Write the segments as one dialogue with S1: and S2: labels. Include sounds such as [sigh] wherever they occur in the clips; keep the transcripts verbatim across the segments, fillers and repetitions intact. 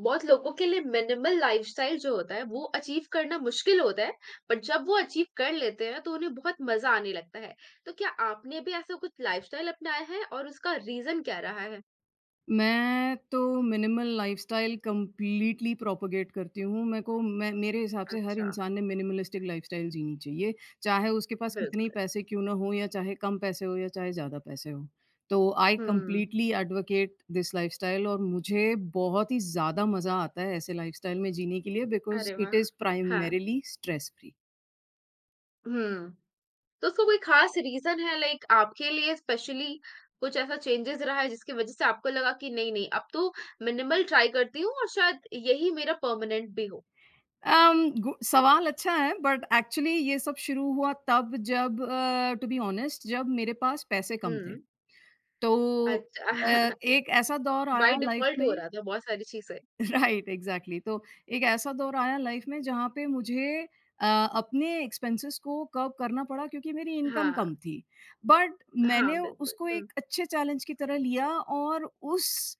S1: बहुत लोगों के लिए मिनिमल लाइफस्टाइल जो होता है वो अचीव करना मुश्किल होता है। पर जब वो अचीव कर लेते हैं तो उन्हें बहुत मजा आने लगता है। तो क्या आपने भी ऐसा कुछ लाइफस्टाइल अपनाया है और उसका रीजन क्या रहा है?
S2: मैं तो मिनिमल लाइफ़स्टाइल कंप्लीटली प्रोपेगेट करती हूँ। मेरे को मैं मेरे हिसाब से हर
S1: अच्छा।
S2: इंसान ने मिनिमलिस्टिक लाइफ़स्टाइल जीनी चाहिए, चाहे उसके पास कितने ही
S1: बिल्कुल।
S2: पैसे क्यों ना हों या चाहे कम पैसे हों या चाहे ज़्यादा पैसे हों। तो I
S1: hmm.
S2: Completely advocate this lifestyle और मुझे बहुत ही ज़्यादा मज़ा आता है ऐसे लाइफ़स्टाइल में जीने के लिए बिकॉज़
S1: अरे वाह।
S2: इट इज़
S1: हाँ।
S2: Primarily stress free.
S1: हम्म। तो उसका कोई खास रीजन है लाइक आपके लिए स्पेशली? कुछ ऐसा चेंजेस रहा है जिसकी वजह से आपको लगा कि नहीं नहीं अब तो मिनिमल ट्राई करती हूँ और शायद यही मेरा परमानेंट भी हो।
S2: अम, गु सवाल अच्छा है बट एक्चुअली ये सब शुरू हुआ तब जब अ, टू बी ऑनेस्ट जब मेरे पास पैसे कम थे।
S1: हम्म।
S2: तो
S1: अच्छा।
S2: अ,
S1: [laughs]
S2: एक ऐसा दौर आया
S1: बाय
S2: लाइफ
S1: डिफ़ॉल्ट हो
S2: में।
S1: रहा था बहुत सारी चीज़ें।
S2: [laughs] Right exactly exactly। तो एक ऐसा दौर आया लाइफ में जहाँ पे मुझे अ, अपने एक्सपेंसेस को कर्व करना पड़ा क्योंकि मेरी इनकम
S1: हाँ,
S2: कम थी। बट
S1: हाँ,
S2: मैंने
S1: बिल्कुल।
S2: उसको
S1: हुँ।
S2: एक अच्छे चैलेंज की तरह लिया और उस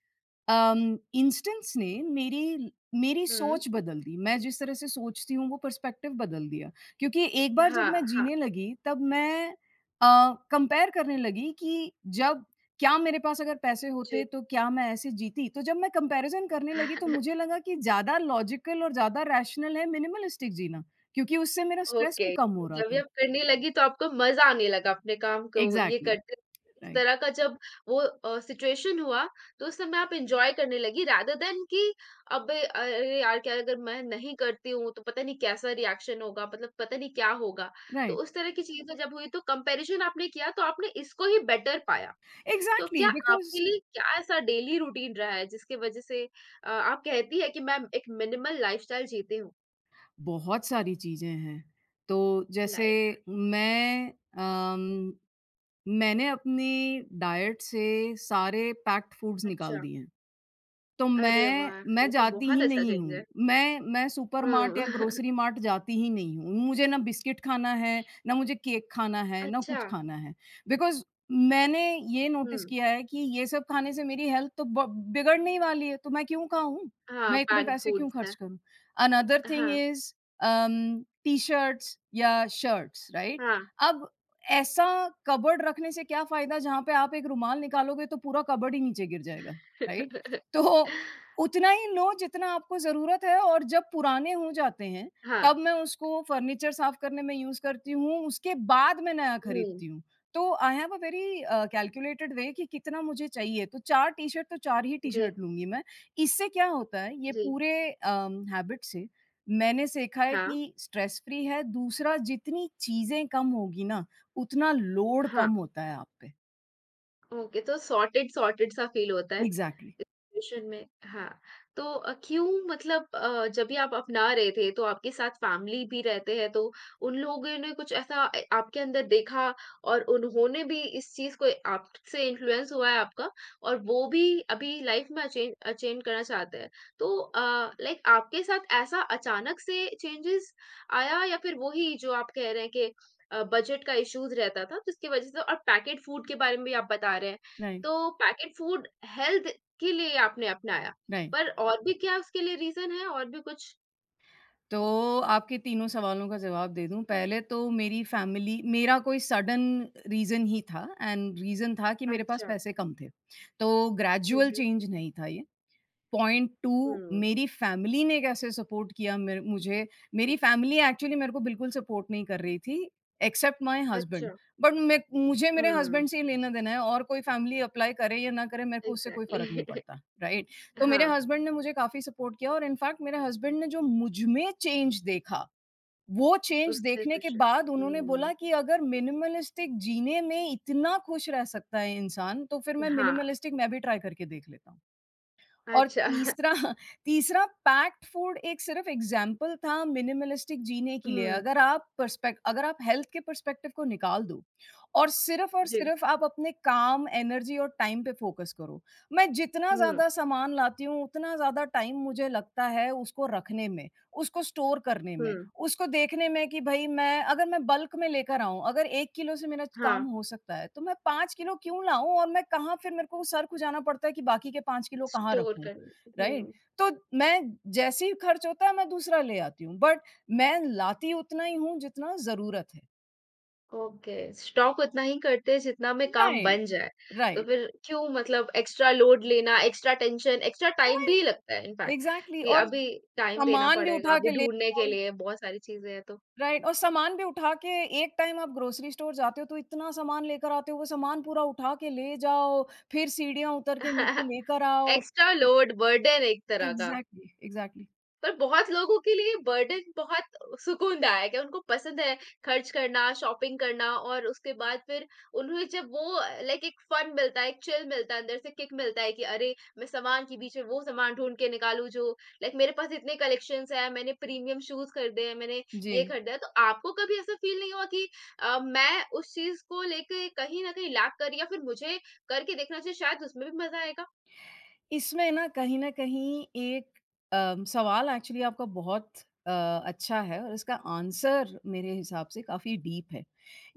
S2: अम, इंस्टेंस ने मेरी मेरी
S1: हुँ।
S2: सोच बदल दी। मैं जिस तरह से सोचती हूँ वो पर्सपेक्टिव बदल दिया। क्योंकि एक बार जब
S1: हाँ,
S2: मैं
S1: हाँ,
S2: जीने लगी तब मैं अ, कंपेयर करने लगी कि जब क्या मेरे पास अगर पैसे होते
S1: जी।
S2: तो क्या मैं ऐसे जीती? तो जब मैं कंपैरिज़न करने लगी तो मुझे
S1: [laughs]
S2: लगा कि ज़्यादा लॉजिकल और ज़्यादा रैशनल है मिनिमलिस्टिक जीना, क्योंकि उससे मेरा स्ट्रेस भी
S1: ओके,
S2: कम हो रहा
S1: जब ये
S2: था।
S1: आप करने लगी तो आपको मज़ा आने लगा अपने काम को ये
S2: एग्ज़ैक्टली,
S1: करते इस
S2: राइट,
S1: तरह का, जब वो अ, सिचुएशन हुआ तो उस समय आप एन्जॉय करने लगी रादर दैन कि अबे अरे यार! क्या अगर मैं नहीं करती हूँ तो पता नहीं कैसा रिएक्शन होगा, मतलब पता नहीं क्या होगा? तो
S2: राइट।
S1: उस तरह की चीज़ें जब हुई तो कंपैरिज़न आपने किया तो आपने इसको ही बेटर पाया। तो
S2: एग्ज़ैक्टली
S1: क्या
S2: बिकॉज़
S1: आपके लिए क्या ऐसा डेली रूटीन रहा है जिसकी वजह से अ, आप कहती है कि मैं एक मिनिमल लाइफस्टाइल जीती हूँ?
S2: बहुत सारी चीज़ें हैं। तो जैसे
S1: लाइक
S2: मैं अम, मैंने अपनी डाइट से सारे पैक्ड फूड्स
S1: अच्छा,
S2: निकाल दिए हैं। तो
S1: अरे
S2: मैं
S1: वाह!
S2: मैं
S1: ये तो
S2: जाती
S1: बहुत
S2: ही
S1: अच्छा
S2: नहीं
S1: चेंज है।
S2: हूँ। मैं मैं सुपरमार्ट या
S1: हुँ।
S2: ग्रोसरी
S1: [laughs]
S2: मार्ट जाती ही नहीं हूँ। मुझे ना बिस्किट खाना है, ना मुझे केक खाना है, ना
S1: अच्छा।
S2: कुछ खाना है। बिकॉज़ मैंने ये
S1: हुँ,
S2: नोटिस किया है कि ये सब खाने से मेरी हेल्थ तो ब बिगड़ने ही वाली है, तो मैं क्यों खाऊँ?
S1: हाँ,
S2: मैं इतने
S1: पैक्ड
S2: पैसे क्यों
S1: फूड्स है।
S2: खर्च करूँ? अनदर थिंग
S1: हाँ,
S2: इज़ अम, टी-शर्ट्स या शर्ट्स, राइट?
S1: हाँ।
S2: अब ऐसा कबर्ड रखने से क्या फ़ायदा जहाँ पे आप एक रुमाल निकालोगे तो पूरा कबर्ड ही नीचे गिर जाएगा, राइट?
S1: [laughs]
S2: तो उतना ही लो जितना आपको ज़रूरत है और जब पुराने हो जाते हैं,
S1: हाँ,
S2: तब मैं उसको फर्नीचर साफ़ करने में यूज़ करती हूँ, उसके बाद मैं नया
S1: हुँ,
S2: खरीदती हूँ। तो I have a very uh, calculated way कि कितना मुझे चाहिए, तो चार टी-शर्ट तो चार ही
S1: जी,
S2: टी-शर्ट लूँगी मैं। इससे क्या होता है, ये
S1: जी,
S2: पूरे अम, हैबिट से मैंने सीखा है
S1: हाँ,
S2: कि स्ट्रेस फ्री है, दूसरा जितनी चीज़ें कम होगी ना, उतना लोड
S1: हाँ,
S2: कम होता है आप पे।
S1: ओके, तो सॉर्टेड सॉर्टेड सा फील होता है।
S2: एग्ज़ैक्टली,
S1: सिचुएशन में, हाँ। तो अ, क्यों, मतलब अ, जब ये आप अपना रहे थे तो आपके साथ फैमिली भी रहते हैं, तो उन लोगों ने कुछ ऐसा अ, आपके अंदर देखा और उन्होंने भी इस चीज को आपसे इन्फ्लुएंस हुआ है आपका, और वो भी अभी लाइफ में अचेंज अचेंज करना चाहते हैं। तो लाइक आपके साथ ऐसा अचानक से चेंजेस आया या फिर वही जो आप कह रहे हैं कि बजट का इश्यूज रहता था जिसकी वजह से, और पैकेट फूड के बारे में भी आप बता रहे हैं।
S2: राइट,
S1: तो पैकेट फूड हेल्थ के लिए आपने अपनाया,
S2: राइट।
S1: पर और भी क्या उसके लिए रीज़न है, और भी कुछ?
S2: तो आपके तीनों सवालों का जवाब दे दूँ, पहले तो मेरी फ़ैमिली मेरा कोई सडन रीज़न ही था एंड रीज़न था कि मेरे पास
S1: अच्छा।
S2: पैसे कम थे। तो
S1: हुँ,
S2: ग्रेजुअल
S1: हुँ।
S2: चेंज नहीं था ये। पॉइंट दो,
S1: हुँ,
S2: मेरी फैमिली ने कैसे सपोर्ट किया मेरे मुझे मेरी फैमिली एक्चुअली मेरे को बिल्कुल सपोर्ट नहीं कर रही थी एक्सेप्ट माय
S1: अच्छा।
S2: हस्बैंड। बट मैं मुझे मेरे
S1: हुँ,
S2: हस्बैंड से ही लेना देना है और कोई फैमिली अप्लाई करे या ना करे मेरे को उससे कोई फर्क नहीं
S1: एग्ज़ैक्टली।
S2: पड़ता, राइट। तो
S1: [laughs]
S2: मेरे
S1: हाँ,
S2: हस्बैंड ने मुझे काफी सपोर्ट किया और इनफैक्ट मेरे हस्बैंड ने जो मुझ में चेंज देखा वो चेंज
S1: उससे
S2: देखने के
S1: खुश है।
S2: बाद उन्होंने
S1: हुँ,
S2: बोला कि अगर मिनिमलिस्टिक जीने में इतना खुश रह सकता है इंसान तो फिर मैं
S1: हाँ,
S2: मिनिमलिस्टिक मैं भी ट्राई करके देख लेता हूँ और
S1: अच्छा। [laughs]
S2: तीसरा। [laughs] तीसरा, पैक्ड फूड एक सिर्फ़ एग्ज़ाम्पल था मिनिमलिस्टिक जीने के लिए।
S1: हुँ,
S2: अगर आप पर्सपेक्ट अगर आप हेल्थ के पर्सपेक्टिव को निकाल दो और सिर्फ़ और
S1: जी।
S2: सिर्फ़ आप अपने काम, एनर्जी और टाइम पे फ़ोकस करो। मैं जितना
S1: हुँ,
S2: ज़्यादा सामान लाती हूँ, उतना ज़्यादा टाइम मुझे लगता है उसको रखने में, उसको स्टोर करने
S1: हुँ,
S2: में। उसको देखने में कि भई मैं अगर मैं बल्क में लेकर आऊँ, अगर एक किलो से मेरा काम
S1: हाँ,
S2: हो सकता है, तो मैं पाँच किलो क्यों लाऊँ और मैं कहाँ फिर मेरे को सर खुजाना पड़ता है कि बाकी के पाँच किलो कहाँ
S1: स्टोर
S2: रखूँ,
S1: करना।
S2: राइट?
S1: हुँ।
S2: तो मैं जैसे ही खर्च होता है, मैं दूसरा ले आती हूँ, बट मैं लाती उतना ही हूँ जितना ज़रूरत है।
S1: ओके, स्टॉक उतना ही करते हैं जितना में काम
S2: राइट,
S1: बन जाए। तो
S2: राइट,
S1: फिर क्यों, मतलब एक्स्ट्रा लोड लेना, एक्स्ट्रा टेंशन, एक्स्ट्रा टाइम भी
S2: राइट,
S1: लगता है इनफैक्ट।
S2: एग्ज़ैक्टली।
S1: कि
S2: और
S1: अभी टाइम देना
S2: सामान भी
S1: पड़ेगा,
S2: उठा के
S1: अभी
S2: ले
S1: ढूंढने के लिए बहुत सारी चीजें हैं, तो
S2: राइट, और सामान भी उठा के एक टाइम आप ग्रोसरी स्टोर जाते हो तो इतना सामान लेकर आते हो, वो सामान पूरा उठा के ले जाओ, फिर सीढ़ियाँ उतर के नीचे
S1: [laughs]
S2: लेकर आओ।
S1: एक्स्ट्रा लोड, बर्डन एक तरह का।
S2: Exactly, exactly.
S1: पर बहुत लोगों के लिए बर्डन बहुत सुकूनदायक है, उनको पसंद है खर्च करना, शॉपिंग करना, और उसके बाद फिर उन्हें जब वो लाइक एक फन मिलता है, एक चिल मिलता है, अंदर से किक मिलता है कि अरे! मैं सामान के बीच में वो सामान ढूँढ के निकालूँ जो, लाइक मेरे पास इतने कलेक्शंस हैं, मैंने प्रीमियम शूज़ खरीदे हैं, मैंने
S2: जी।
S1: ये खरीदा है। तो आपको कभी ऐसा फ़ील नहीं हुआ कि अ, मैं उस चीज़ को लेके कहीं न कहीं लैक कर रही, या फिर मुझे करके देखना चाहिए शायद उसमें भी मज़ा आएगा?
S2: इसमें ना कहीं न कहीं एक अ, सवाल एक्चुअली आपका बहुत अ, अच्छा है और इसका आंसर मेरे हिसाब से काफ़ी डीप है।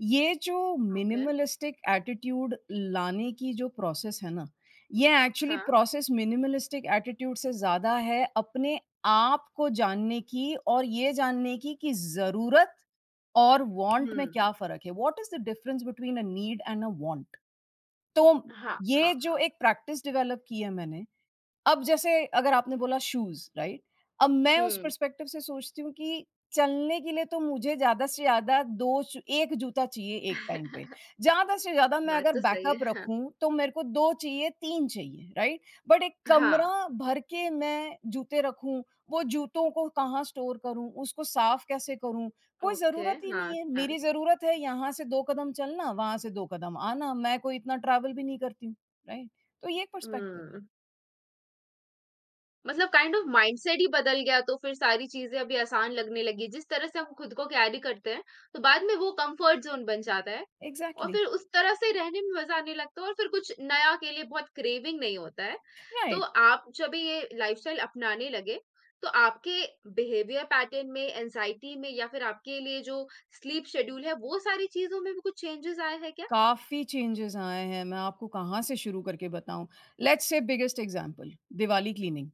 S2: ये जो
S1: ओके,
S2: मिनिमलिस्टिक एटीट्यूड लाने की जो प्रोसेस है ना, ये एक्चुअली
S1: हाँ।
S2: प्रोसेस मिनिमलिस्टिक एटीट्यूड से ज़्यादा है अपने आप को जानने की और ये जानने की कि ज़रूरत और वांट में
S1: हुँ।
S2: क्या फ़र्क है? What is the difference between a need and a want? तो
S1: हाँ,
S2: ये
S1: हाँ,
S2: जो
S1: हाँ।
S2: एक प्रैक्टिस डेवलप की है मैंने, अब जैसे अगर आपने बोला शूज़, राइट? अब मैं उस
S1: हुँ।
S2: पर्सपेक्टिव से सोचती हूँ कि चलने के लिए तो मुझे ज़्यादा से ज़्यादा दो श एक जूता चाहिए एक टाइम पे।
S1: [laughs]
S2: ज़्यादा से ज़्यादा मैं
S1: बात
S2: अगर
S1: तो सही है।
S2: बैकअप
S1: हाँ,
S2: रखूँ, तो मेरे को दो चाहिए, तीन चाहिए, राइट? बट एक
S1: हाँ,
S2: कमरा भर के मैं जूते रखूँ, वो जूतों को कहाँ स्टोर करूँ, उसको साफ़ कैसे करूँ? कोई
S1: ओके,
S2: ज़रूरत ही
S1: हाँ,
S2: नहीं है।
S1: हाँ।
S2: मेरी ज़रूरत है यहाँ से दो कदम चलना, वहाँ से दो कदम आना। मैं कोई इतना ट्रैवल भी नहीं करती हूँ, राइट? तो ये एक पर्सपेक्टिव
S1: हुँ,
S2: है।
S1: मतलब काइंड ऑफ़ माइंडसेट ही बदल गया तो फिर सारी चीज़ें अभी आसान लगने लगी। जिस तरह से हम खुद को कैरी करते हैं, तो बाद में वो कम्फ़र्ट ज़ोन बन जाता है और
S2: एग्ज़ैक्टली।
S1: फिर उस तरह से रहने में मज़ा आने लगता है, और फिर कुछ नया के लिए बहुत क्रेविंग नहीं होता है। तो
S2: राइट।
S1: आप जब भी ये लाइफ़स्टाइल अपनाने लगे, तो आपके बिहेवियर पैटर्न में, एंग्ज़ायटी में, या फिर आपके लिए जो स्लीप शेड्यूल है, वो सारी चीज़ों में भी कुछ चेंजेज़ आए हैं क्या?
S2: काफ़ी चेंजेस आए हैं, मैं आपको कहाँ से शुरू करके बताऊँ? Let's say biggest example, Diwali cleaning.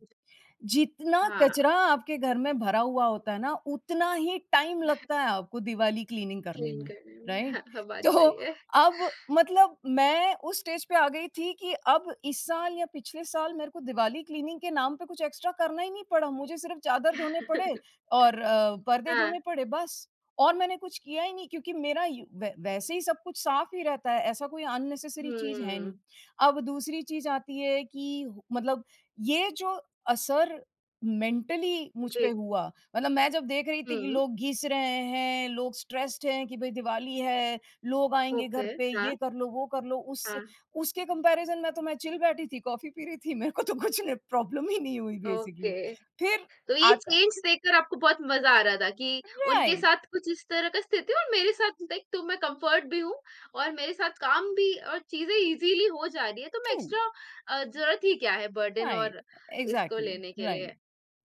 S2: जितना
S1: हाँ।
S2: कचरा आपके घर में भरा हुआ होता है ना, उतना ही टाइम लगता है आपको दिवाली क्लीनिंग करने
S1: क्लीन
S2: में,
S1: करने में,
S2: राइट?
S1: हाँ, हाँ, बात
S2: तो
S1: सही है।
S2: अब मतलब मैं उस स्टेज पे आ गई थी कि अब इस साल या पिछले साल मेरे को दिवाली क्लीनिंग के नाम पे कुछ एक्स्ट्रा करना ही नहीं पड़ा। मुझे सिर्फ़ चादर धोने पड़े
S1: [laughs]
S2: और अ, पर्दे
S1: हाँ,
S2: धोने पड़े बस और मैंने कुछ किया ही नहीं क्योंकि मेरा यू वै वैसे ही सब कुछ साफ़ ही रहता है, ऐसा कोई अननेसेसरी चीज़ है नहीं।
S1: हुँ,
S2: अब दूसरी चीज़ आती है कि मतलब ये जो असर मेंटली मुझ पे
S1: जी,
S2: हुआ मतलब मैं जब देख रही थी कि
S1: हुँ,
S2: लोग घिस रहे हैं, लोग स्ट्रेस्ड हैं कि भाई दिवाली है, लोग आएंगे घर
S1: ओके,
S2: पे
S1: हाँ,
S2: ये कर लो वो कर लो उस
S1: हाँ,
S2: उसके कंपैरिजन में तो मैं चिल बैठी थी कॉफी पी रही थी, मेरे को तो कुछ प्रॉब्लम ही नहीं हुई बेसिकली।
S1: ओके।
S2: फिर
S1: तो ये
S2: आता।
S1: चेंज देखकर आपको बहुत मज़ा आ रहा था कि उनके
S2: राइट।
S1: साथ कुछ इस तरह का स्थिति, और मेरे साथ लाइक तो मैं कम्फ़र्ट भी हूँ और मेरे साथ काम भी, और चीज़ें ईज़िली हो जा रही है, तो मैं
S2: ट्रू।
S1: एक्स्ट्रा अ, ज़रूरत ही क्या है बर्डन
S2: राइट,
S1: और इसको
S2: एग्जैक्टली।
S1: लेने के
S2: राइट।
S1: लिए।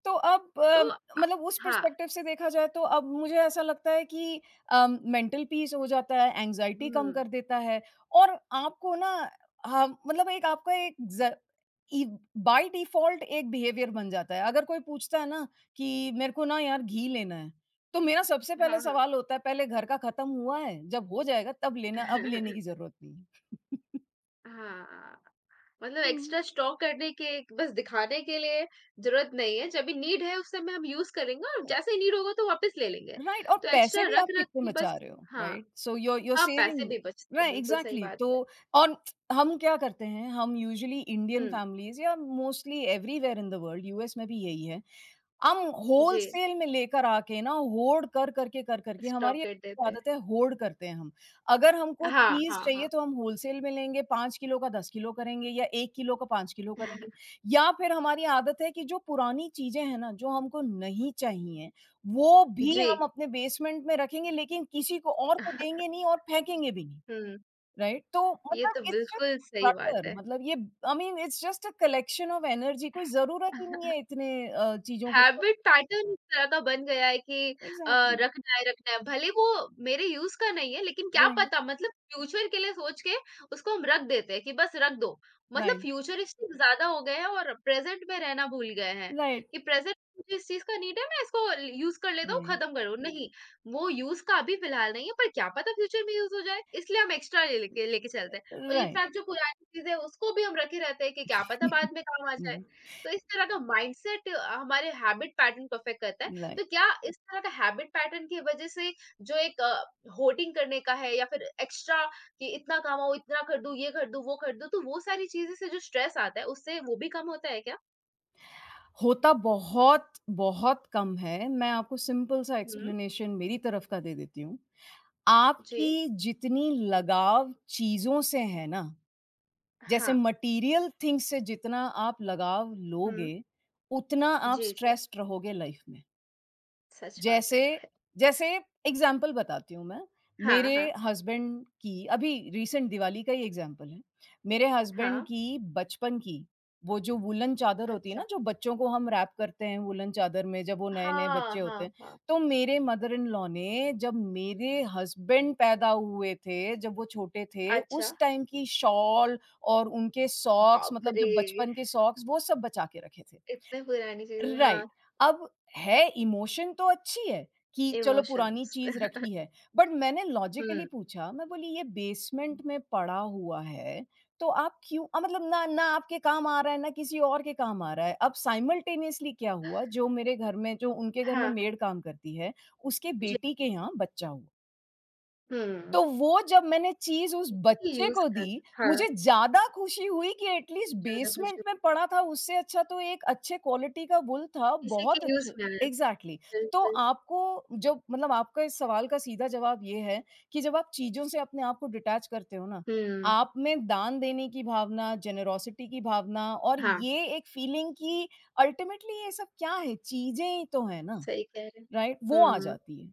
S2: तो अब
S1: तो
S2: अ,
S1: अ,
S2: मतलब उस
S1: हाँ,
S2: पर्सपेक्टिव से देखा जाए तो अब मुझे ऐसा लगता है कि अम, मेंटल पीस हो जाता है, एंग्ज़ायटी कम
S1: हुँ,
S2: कर देता है और आपको ना हाँ, मतलब एक आपका एक ज़ इ बाय डिफ़ॉल्ट एक बिहेवियर बन जाता है। अगर कोई पूछता है ना कि मेरे को ना यार घी लेना है, तो मेरा सबसे
S1: हाँ,
S2: पहले
S1: हाँ।
S2: सवाल होता है पहले घर का खत्म हुआ है? जब हो जाएगा तब लेना, अब लेने की
S1: [laughs]
S2: ज़रूरत नहीं है।
S1: हाँ। मतलब एक्स्ट्रा
S2: [laughs]
S1: स्टॉक करने के बस दिखाने के लिए ज़रूरत नहीं है, जब भी नीड है उस समय हम यूज़ करेंगे, और
S2: हुँ।
S1: जैसे ही नीड होगा तो वापस ले लेंगे।
S2: राइट, और
S1: तो
S2: पैसे
S1: एक्स्ट्रा
S2: भी आप
S1: रख-रख
S2: कितने
S1: के बस,
S2: बचा रहे हो,
S1: हाँ,
S2: right? So you are you are
S1: हाँ,
S2: सेविंग।
S1: पैसे भी बचते हैं,
S2: राइट,
S1: बिल्कुल सही
S2: एग्ज़ैक्टली।
S1: बात
S2: तो
S1: है।
S2: और हम क्या करते हैं, हम यूजुअली
S1: हुँ,
S2: इंडियन फैमिलीज़ या mostly everywhere in the world US में भी यही है। हम
S1: जी,
S2: होलसेल में लेकर आके ना होard कर, कर के, कर, कर के
S1: स्टॉक
S2: हमारी
S1: कर देते हैं।
S2: आदत है होard करते हैं हम। अगर हमको
S1: हाँ,
S2: चीज़
S1: हाँ, हाँ।
S2: चाहिए तो हम होलसेल में लेंगे, पाँच किलो का दस किलो करेंगे या एक किलो का पाँच किलो करेंगे
S1: [laughs]
S2: या फिर हमारी आदत है कि जो पुरानी चीज़ें हैं ना, जो हमको नहीं चाहिए वो भी
S1: जी।
S2: हम अपने बेसमेंट में रखेंगे लेकिन किसी को और को देंगे
S1: [laughs]
S2: नहीं और फेंकेंगे भी नहीं,
S1: हुँ,
S2: राइट? तो
S1: ये
S2: मतलब
S1: तो
S2: इट्स जस्ट
S1: बिल्कुल सही बात
S2: क्लटर,
S1: है।
S2: मतलब ये I mean it's just a collection of energy, कोई ज़रूरत ही नहीं
S1: [laughs]
S2: है इतने अ, चीज़ों को।
S1: हैबिट पैटर्न इस तरह का बन गया है कि अ,
S2: एग्ज़ैक्टली।
S1: रखना है रखना है, भले वो मेरे यूज का नहीं है लेकिन क्या
S2: राइट,
S1: पता, मतलब फ्यूचर के लिए सोच के उसको हम रख देते हैं कि बस रख दो। मतलब
S2: राइट,
S1: फ्यूचरिस्टिक ज्यादा हो गए हैं और प्रेजेंट में रहना भूल गए हैं
S2: राइट,
S1: कि प्रेजेंट मुझे इस चीज का नीड है, मैं इसको यूज कर लेता हूँ,
S2: राइट,
S1: खत्म करो नहीं। वो यूज का अभी फिलहाल नहीं है, पर क्या पता फ्यूचर में यूज हो जाए इसलिए हम एक्स्ट्रा लेके लेके चलते
S2: राइट,
S1: हैं, और
S2: राइट,
S1: इनफैक्ट जो पुरानी चीज है उसको भी हम रखे रहते हैं कि क्या पता बाद में काम आ जाए। तो इस तरह का माइंडसेट हमारे हैबिट पैटर्न को अफेक्ट करता है।
S2: राइट।
S1: तो क्या इस तरह का हैबिट पैटर्न की वजह से जो एक अ, होर्डिंग करने का है या फिर एक्स्ट्रा कि इतना कमाओ, इतना कर दूँ, ये कर दूँ, वो कर दूँ, तो वो सारी चीज़ें से जो स्ट्रेस आता है, उससे वो भी कम होता है क्या?
S2: [laughs] होता बहुत, बहुत कम है। मैं आपको सिंपल सा
S1: हुँ,
S2: एक्सप्लेनेशन मेरी तरफ का दे देती हूँ।
S1: जी।
S2: आपकी जितनी लगाव चीज़ों से है ना, जैसे
S1: हाँ।
S2: मटीरियल थिंग्स से जितना आप लगाव
S1: हुँ।
S2: लोगे, उतना आप
S1: जी, जी।
S2: स्ट्रेस्ड रहोगे लाइफ में।
S1: सच बात
S2: जैसे
S1: है।
S2: जैसे एग्ज़ाम्पल बताती हूँ मैं,
S1: हाँ, हाँ।
S2: मेरे हस्बैंड की अभी रीसेंट दिवाली का ही एग्ज़ाम्पल है। मेरे हस्बैंड
S1: हाँ।
S2: की बचपन की वो जो वूलन चादर होती है
S1: अच्छा।
S2: ना, जो बच्चों को हम रैप करते हैं वूलन चादर में जब वो नए-नए
S1: हाँ,
S2: बच्चे होते
S1: हाँ,
S2: हैं।
S1: हाँ।
S2: तो मेरे मदर इन लॉ ने जब मेरे हस्बैंड पैदा हुए थे, जब वो छोटे थे,
S1: अच्छा।
S2: उस टाइम की शॉल और उनके सॉक्स
S1: बाप
S2: मतलब
S1: रे!
S2: जब बचपन के सॉक्स वो सब बचा के रखे थे।
S1: इतने पुरानी चीज़ें। हाँ,
S2: राइट। अब है इमोशन तो अच्छी है कि चलो पुरानी
S1: इमोशंस।
S2: चीज़
S1: [laughs]
S2: रखी है, बट मैंने लॉजिकली
S1: हुँ।
S2: पूछा, मैं बोली ये बेसमेंट में पड़ा हुआ है, तो आप क्यों अ, मतलब ना ना आपके काम आ रहा है, ना किसी और के काम आ रहा है। अब साइमल्टेनियसली क्या हुआ, जो मेरे घर में जो उनके घर में
S1: हाँ।
S2: मेड काम करती है, उसके
S1: जी।
S2: बेटी के यहाँ बच्चा हुआ।
S1: हुँ।
S2: तो वो जब मैंने चीज़ उस
S1: इसी के
S2: बच्चे
S1: यूज़
S2: को
S1: कर,
S2: दी,
S1: हाँ,
S2: मुझे ज़्यादा खुशी हुई कि एटलीस्ट
S1: ज़्यादा कुछ
S2: बेसमेंट
S1: नहीं।
S2: में पड़ा था, उससे अच्छा तो एक अच्छे क्वालिटी का वूल था,
S1: इसी के
S2: बहुत
S1: यूज़
S2: अच्छे।
S1: में आया,
S2: एग्ज़ैक्टली। तो
S1: बिल्कुल।
S2: आपको जब मतलब आपका इस सवाल का सीधा जवाब ये है कि जब आप चीज़ों से अपने आप को डिटैच करते हो ना,
S1: हुँ,
S2: आप में दान देने की भावना, जेनरोसिटी की भावना और
S1: हाँ,
S2: ये एक फीलिंग कि अल्टीमेटली ये सब क्या है, चीज़ें ही तो हैं ना,
S1: सही कह रहे हैं।
S2: राइट? वो आ
S1: हुँ।
S2: जाती है।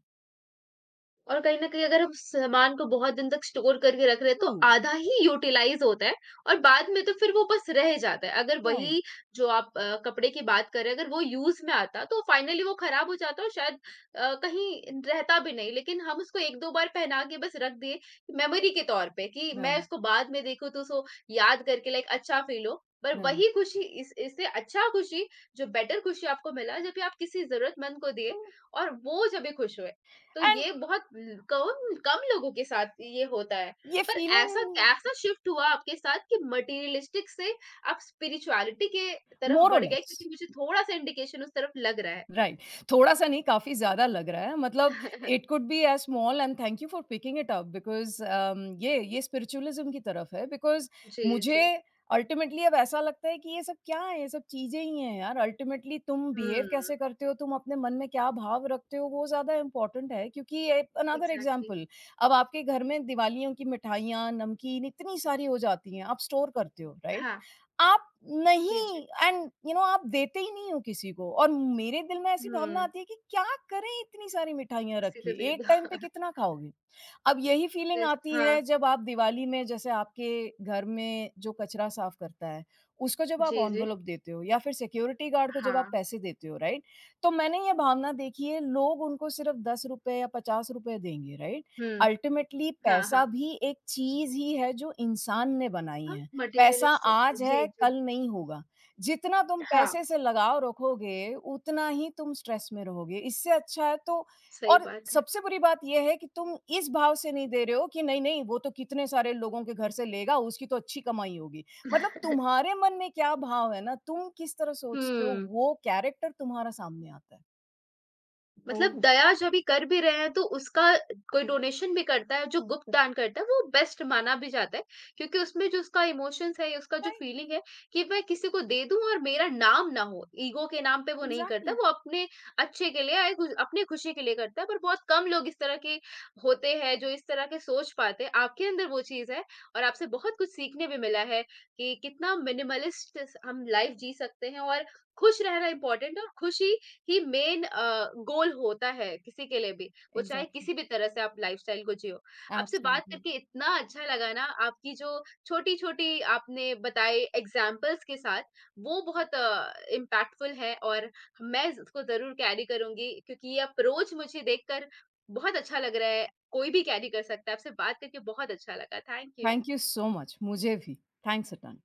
S1: और कहीं न कहीं अगर हम सामान को बहुत दिन तक स्टोर करके रख रहे हैं, तो
S2: ट्रू,
S1: आधा ही यूटिलाइज़ होता है और बाद में तो फिर वो बस रह जाता है। अगर
S2: राइट,
S1: वही जो आप अ, कपड़े की बात कर रहे हैं, अगर वो यूज़ में आता, तो फाइनली वो ख़राब हो जाता और शायद अ, कहीं रहता भी नहीं। लेकिन हम उसको एक दो बार पहना के बस रख दिए, मेमोरी के तौर पे कि मैं
S2: राइट,
S1: उसको बाद में देखूँ तो उसको याद करके लाइक अच्छा फ़ील हो। पर
S2: राइट,
S1: वही खुशी, इस इससे अच्छा खुशी, जो बेटर खुशी आपको मिला जब भी आप किसी ज़रूरतमंद को दिए
S2: ट्रू।
S1: और वो जब भी खुश हुए। तो
S2: एंड
S1: ये बहुत ल कम कम लोगों के साथ ये होता है।
S2: ये
S1: पर ऐसा
S2: फीलिंग
S1: कैसा शिफ्ट हुआ आपके साथ कि मटेरियलिस्टिक से आप स्पिरिचुअलिटी के तरफ
S2: मोर और
S1: बढ़ गए?
S2: लेस
S1: क्योंकि मुझे थोड़ा-सा इंडिकेशन उस तरफ लग रहा है।
S2: राइट, थोड़ा-सा नहीं काफ़ी ज़्यादा लग रहा है मतलब
S1: [laughs]
S2: it could be as small and thank you for picking it up because um, ये ये स्पिरिचुअलिज़्म की तरफ है बिकॉज़
S1: जी,
S2: मुझे
S1: जी।
S2: अल्टीमेटली अब ऐसा लगता है कि ये सब क्या है? ये सब चीज़ें ही हैं यार। अल्टीमेटली तुम
S1: हुँ,
S2: बिहेव कैसे करते हो, तुम अपने मन में क्या भाव रखते हो, वो ज़्यादा इम्पोर्टेंट है क्योंकि ये अनदर
S1: एग्ज़ैक्टली।
S2: एग्ज़ाम्पल। अब आपके घर में दिवालियों की मिठाइयाँ, नमकीन इतनी सारी हो जाती हैं, आप स्टोर करते हो, राइट?
S1: हाँ,
S2: आप
S1: जी, जी।
S2: नहीं एंड यू नो आप देते ही नहीं हो किसी को और मेरे दिल में ऐसी भावना
S1: हुँ,
S2: आती है कि क्या करें इतनी सारी मिठाइयाँ रख
S1: किसी
S2: के,
S1: को दे
S2: एक
S1: दो।
S2: टाइम पे
S1: [laughs]
S2: कितना खाओगे? अब यही फीलिंग
S1: रेस्ट,
S2: आती
S1: हाँ,
S2: है जब आप दिवाली में जैसे आपके घर में जो कचरा साफ करता है, उसको जब आप
S1: जी, जी।
S2: एनवेलप देते हो या फिर सिक्योरिटी गार्ड को जब
S1: हाँ,
S2: आप पैसे देते हो, राइट? तो मैंने ये भावना देखी है लोग उनको सिर्फ़ ₹दस रुपए या ₹पचास रुपए देंगे, राइट?
S1: हुँ,
S2: अल्टीमेटली
S1: हाँ, हाँ।
S2: पैसा भी एक चीज़ ही है जो इंसान ने बनाई
S1: हाँ,
S2: है। पैसा
S1: मटेरियलिस्टिक है।
S2: आज
S1: जी,
S2: है,
S1: जी।
S2: कल नहीं होगा। जितना तुम
S1: हाँ,
S2: पैसे से लगाव रखोगे, उतना ही तुम स्ट्रेस में रहोगे। इससे अच्छा है तो
S1: सही
S2: और
S1: बात है।
S2: सबसे बुरी बात ये है कि तुम इस भाव से नहीं दे रहे हो कि नहीं, नहीं वो तो कितने सारे लोगों के घर से लेगा, उसकी तो अच्छी कमाई होगी। मतलब
S1: [laughs]
S2: तुम्हारे मन में क्या भाव है ना, तुम किस तरह सोचते हो
S1: हुँ।
S2: वो कैरेक्टर तुम्हारा सामने आता है।
S1: मतलब
S2: तो
S1: दया जब भी कर भी रहे हैं तो उसका, कोई डोनेशन भी करता है जो गुप्त दान करता है वो बेस्ट माना भी जाता है क्योंकि उसमें जो उसका इमोशंस है, उसका जो
S2: राइट,
S1: फीलिंग है कि मैं किसी को दे दूं और मेरा नाम ना हो, ईगो के नाम पे वो नहीं करता,
S2: एग्ज़ैक्टली,
S1: वो अपने अच्छे के लिए आए, खुश- अपने खुशी के लिए करता है। पर बहुत कम लोग इस तरह के होते हैं जो इस तरह के सोच पाते हैं। आपके अंदर वो चीज है और आपसे बहुत कुछ सीखने भी मिला है कि कितना मिनिमलिस्ट हम लाइफ जी सकते हैं, और खुश रहना इंपॉर्टेंट है और खुशी ही मेन अ, गोल होता है किसी के लिए भी, वो चाहे
S2: एग्ज़ैक्टली,
S1: किसी भी तरह से आप लाइफ़स्टाइल को जियो। आपसे बात
S2: एब्सोल्युटली।
S1: करके इतना अच्छा लगा ना, आपकी जो छोटी-छोटी आपने बताए एग्ज़ाम्पल्स के साथ, वो बहुत अ, इम्पैक्टफुल है, और मैं इसको ज़रूर कैरी करूँगी क्योंकि ये अप्रोच मुझे देखकर बहुत अच्छा लग रहा है, कोई भी कैरी कर सकता है। आपसे बात करके बहुत अच्छा लगा। Thank you.
S2: Thank you so much. मुझे भी। Thanks a tone.